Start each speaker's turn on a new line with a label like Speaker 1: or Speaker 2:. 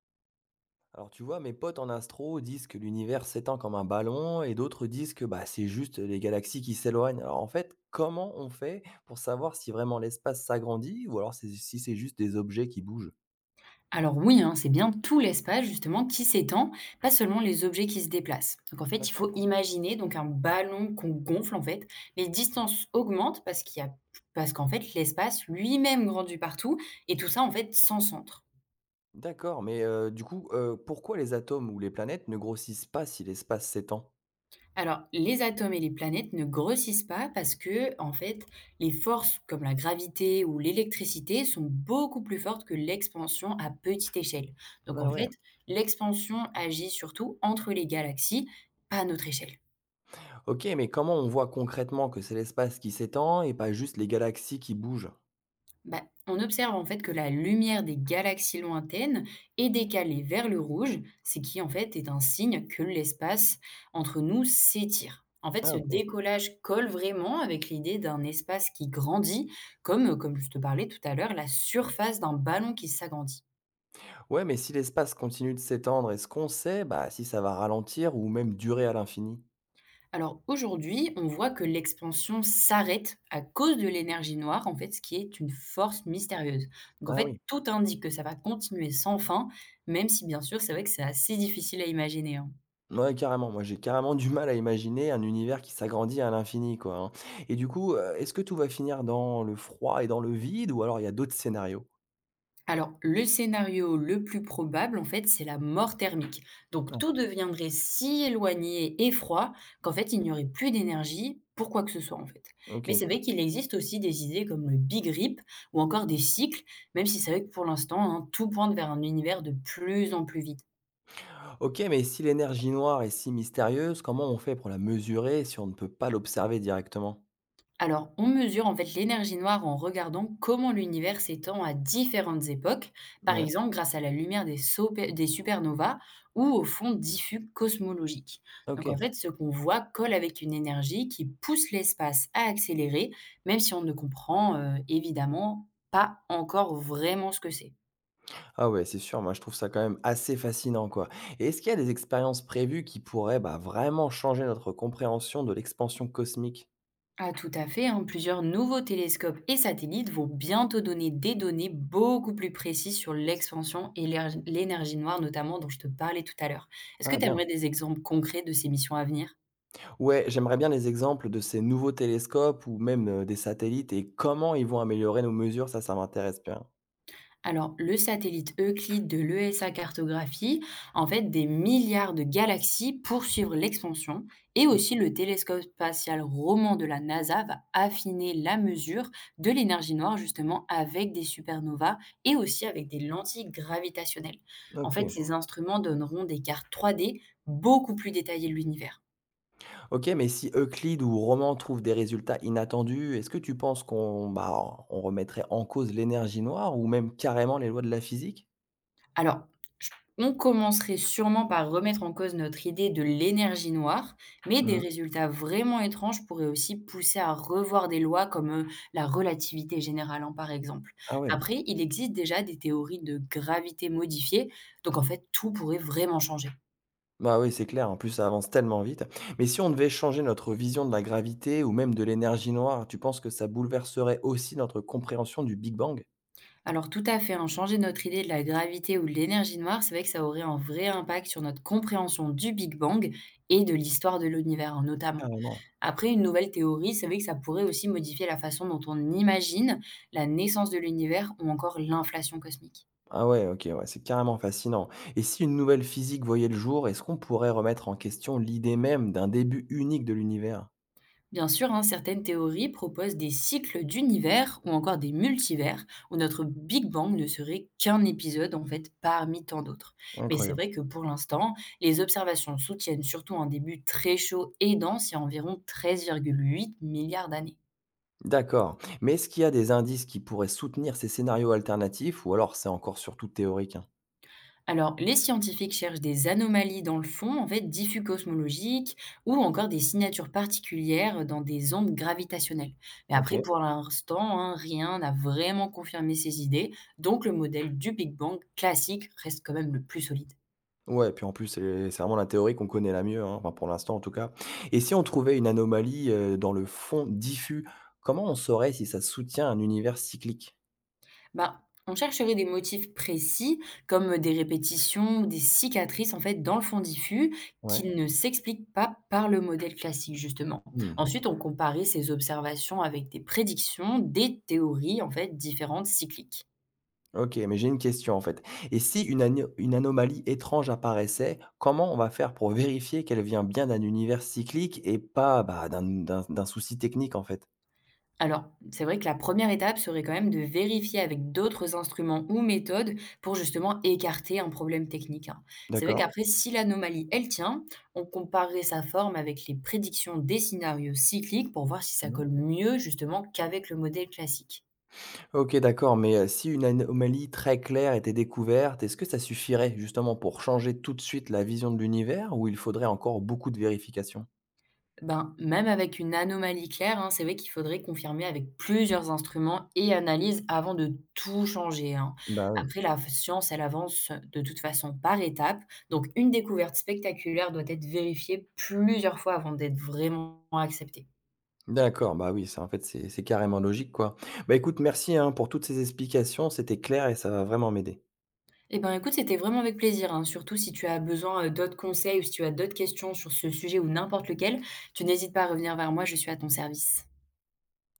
Speaker 1: Alors tu vois, mes potes en astro disent que l'univers s'étend comme un ballon et d'autres disent que c'est juste les galaxies qui s'éloignent. Alors en fait, comment on fait pour savoir si vraiment l'espace s'agrandit ou alors si c'est juste des objets qui bougent.
Speaker 2: Alors oui, hein, c'est bien tout l'espace justement qui s'étend, pas seulement les objets qui se déplacent. Donc en fait, il
Speaker 1: D'accord.
Speaker 2: faut imaginer donc un ballon qu'on gonfle en fait. Les distances augmentent parce qu'en fait l'espace lui-même grandit partout et tout ça en fait sans centre.
Speaker 1: D'accord, mais du coup, pourquoi les atomes ou les planètes ne grossissent pas si l'espace s'étend?
Speaker 2: Alors les atomes et les planètes ne grossissent pas parce que en fait les forces comme la gravité ou l'électricité sont beaucoup plus fortes que l'expansion à petite échelle. Donc en
Speaker 1: Ah ouais.
Speaker 2: fait, l'expansion agit surtout entre les galaxies, pas à notre échelle.
Speaker 1: Ok, mais comment on voit concrètement que c'est l'espace qui s'étend et pas juste les galaxies qui bougent?
Speaker 2: Bah, on observe en fait que la lumière des galaxies lointaines est décalée vers le rouge, ce qui en fait est un signe que l'espace entre nous s'étire. En fait,
Speaker 1: Ah
Speaker 2: ce
Speaker 1: ok.
Speaker 2: décollage colle vraiment avec l'idée d'un espace qui grandit, comme je te parlais tout à l'heure, la surface d'un ballon qui s'agrandit.
Speaker 1: Ouais, mais si l'espace continue de s'étendre, est-ce qu'on sait si ça va ralentir ou même durer à l'infini?
Speaker 2: Alors aujourd'hui, on voit que l'expansion s'arrête à cause de l'énergie noire, en fait, ce qui est une force mystérieuse. Donc en
Speaker 1: Ah
Speaker 2: fait,
Speaker 1: oui.
Speaker 2: tout indique que ça va continuer sans fin, même si bien sûr, c'est vrai que c'est assez difficile à imaginer, hein.
Speaker 1: Ouais, carrément. Moi, j'ai carrément du mal à imaginer un univers qui s'agrandit à l'infini, quoi, hein. Et du coup, est-ce que tout va finir dans le froid et dans le vide ou alors il y a d'autres scénarios?
Speaker 2: Alors, le scénario le plus probable, en fait, c'est la mort thermique. Donc,
Speaker 1: Ah,
Speaker 2: tout deviendrait si éloigné et froid qu'en fait, il n'y aurait plus d'énergie pour quoi que ce soit, en fait.
Speaker 1: OK.
Speaker 2: Mais c'est vrai qu'il existe aussi des idées comme le Big Rip ou encore des cycles, même si c'est vrai que pour l'instant, hein, tout pointe vers un univers de plus en plus vite.
Speaker 1: OK, mais si l'énergie noire est si mystérieuse, comment on fait pour la mesurer si on ne peut pas l'observer directement?
Speaker 2: Alors, on mesure en fait l'énergie noire en regardant comment l'univers s'étend à différentes époques, par
Speaker 1: Ouais.
Speaker 2: exemple grâce à la lumière des supernovas ou au fond diffus cosmologique. Donc en
Speaker 1: OK.
Speaker 2: fait, ce qu'on voit colle avec une énergie qui pousse l'espace à accélérer, même si on ne comprend évidemment pas encore vraiment ce que c'est.
Speaker 1: Ah ouais, c'est sûr, moi je trouve ça quand même assez fascinant, quoi. Et est-ce qu'il y a des expériences prévues qui pourraient, vraiment changer notre compréhension de l'expansion cosmique?
Speaker 2: Ah, tout à fait, hein, plusieurs nouveaux télescopes et satellites vont bientôt donner des données beaucoup plus précises sur l'expansion et l'énergie noire, notamment dont je te parlais tout à l'heure. Est-ce que
Speaker 1: Ah
Speaker 2: tu
Speaker 1: bien.
Speaker 2: aimerais des exemples concrets de ces missions à venir?
Speaker 1: Ouais, j'aimerais bien des exemples de ces nouveaux télescopes ou même des satellites et comment ils vont améliorer nos mesures, ça m'intéresse bien.
Speaker 2: Alors, le satellite Euclide de l'ESA cartographie, en fait, des milliards de galaxies pour suivre l'expansion. Et
Speaker 1: Ok.
Speaker 2: aussi, le télescope spatial Roman de la NASA va affiner la mesure de l'énergie noire, justement, avec des supernovas et aussi avec des lentilles gravitationnelles. En fait,
Speaker 1: Ok,
Speaker 2: ces instruments donneront des cartes 3D beaucoup plus détaillées de l'univers.
Speaker 1: Ok, mais si Euclide ou Roman trouvent des résultats inattendus, est-ce que tu penses qu'on on remettrait en cause l'énergie noire ou même carrément les lois de la physique?
Speaker 2: Alors, j on commencerait sûrement par remettre en cause notre idée de l'énergie noire, mais des
Speaker 1: Mhm.
Speaker 2: résultats vraiment étranges pourraient aussi pousser à revoir des lois comme, la relativité générale, hein, par exemple.
Speaker 1: Ah oui.
Speaker 2: Après, il existe déjà des théories de gravité modifiée, donc en fait, tout pourrait vraiment changer.
Speaker 1: Bah oui, c'est clair, en plus ça avance tellement vite. Mais si on devait changer notre vision de la gravité ou même de l'énergie noire, tu penses que ça bouleverserait aussi notre compréhension du Big Bang?
Speaker 2: Alors tout à fait, hein, changer notre idée de la gravité ou de l'énergie noire, c'est vrai que ça aurait un vrai impact sur notre compréhension du Big Bang et de l'histoire de l'univers, hein, notamment.
Speaker 1: Carrément.
Speaker 2: Après, une nouvelle théorie, c'est vrai que ça pourrait aussi modifier la façon dont on imagine la naissance de l'univers ou encore l'inflation cosmique.
Speaker 1: Ah ouais, OK, ouais, c'est carrément fascinant. Et si une nouvelle physique voyait le jour, est-ce qu'on pourrait remettre en question l'idée même d'un début unique de l'univers?
Speaker 2: Bien sûr, hein, certaines théories proposent des cycles d'univers ou encore des multivers où notre Big Bang ne serait qu'un épisode en fait parmi tant d'autres. Mais c'est
Speaker 1: Incroyable.
Speaker 2: vrai que pour l'instant, les observations soutiennent surtout un début très chaud et dense il y a environ 13,8 milliards d'années.
Speaker 1: D'accord. Mais est-ce qu'il y a des indices qui pourraient soutenir ces scénarios alternatifs ou alors c'est encore surtout théorique, hein?
Speaker 2: Alors, les scientifiques cherchent des anomalies dans le fond, en fait, diffus cosmologiques, ou encore des signatures particulières dans des ondes gravitationnelles. Mais après,
Speaker 1: OK.
Speaker 2: pour l'instant, hein, rien n'a vraiment confirmé ces idées, donc le modèle du Big Bang classique reste quand même le plus solide.
Speaker 1: Ouais, puis en plus, c'est vraiment la théorie qu'on connaît la mieux, hein, enfin pour l'instant en tout cas. Et si on trouvait une anomalie, dans le fond diffus, comment on saurait si ça soutient un univers cyclique?
Speaker 2: Bah, on chercherait des motifs précis, comme des répétitions ou des cicatrices en fait dans le fond diffus,
Speaker 1: Ouais.
Speaker 2: qui ne s'expliquent pas par le modèle classique justement.
Speaker 1: Mmh.
Speaker 2: Ensuite, on comparait ces observations avec des prédictions, des théories en fait différentes cycliques.
Speaker 1: OK, mais j'ai une question, en fait. Et si une anomalie étrange apparaissait, comment on va faire pour vérifier qu'elle vient bien d'un univers cyclique et pas, bah, d'un souci technique, en fait?
Speaker 2: Alors, c'est vrai que la première étape serait quand même de vérifier avec d'autres instruments ou méthodes pour justement écarter un problème technique, hein. C'est vrai
Speaker 1: D'accord.
Speaker 2: qu'après, si l'anomalie, elle tient, on comparerait sa forme avec les prédictions des scénarios cycliques pour voir si ça
Speaker 1: Mmh.
Speaker 2: colle mieux justement qu'avec le modèle classique.
Speaker 1: OK, d'accord, mais si une anomalie très claire était découverte, est-ce que ça suffirait justement pour changer tout de suite la vision de l'univers ou il faudrait encore beaucoup de vérifications?
Speaker 2: Ben, même avec une anomalie claire, hein, c'est vrai qu'il faudrait confirmer avec plusieurs instruments et analyses avant de tout changer, hein.
Speaker 1: Bah, oui.
Speaker 2: Après, la science, elle avance de toute façon par étapes. Donc, une découverte spectaculaire doit être vérifiée plusieurs fois avant d'être vraiment acceptée.
Speaker 1: D'accord, bah, oui, ça, en fait, c'est carrément logique, quoi. Bah, écoute, merci, hein, pour toutes ces explications, c'était clair et ça va vraiment m'aider.
Speaker 2: Eh ben, écoute, c'était vraiment avec plaisir, hein. Surtout si tu as besoin, d'autres conseils ou si tu as d'autres questions sur ce sujet ou n'importe lequel, tu n'hésites pas à revenir vers moi, je suis à ton service.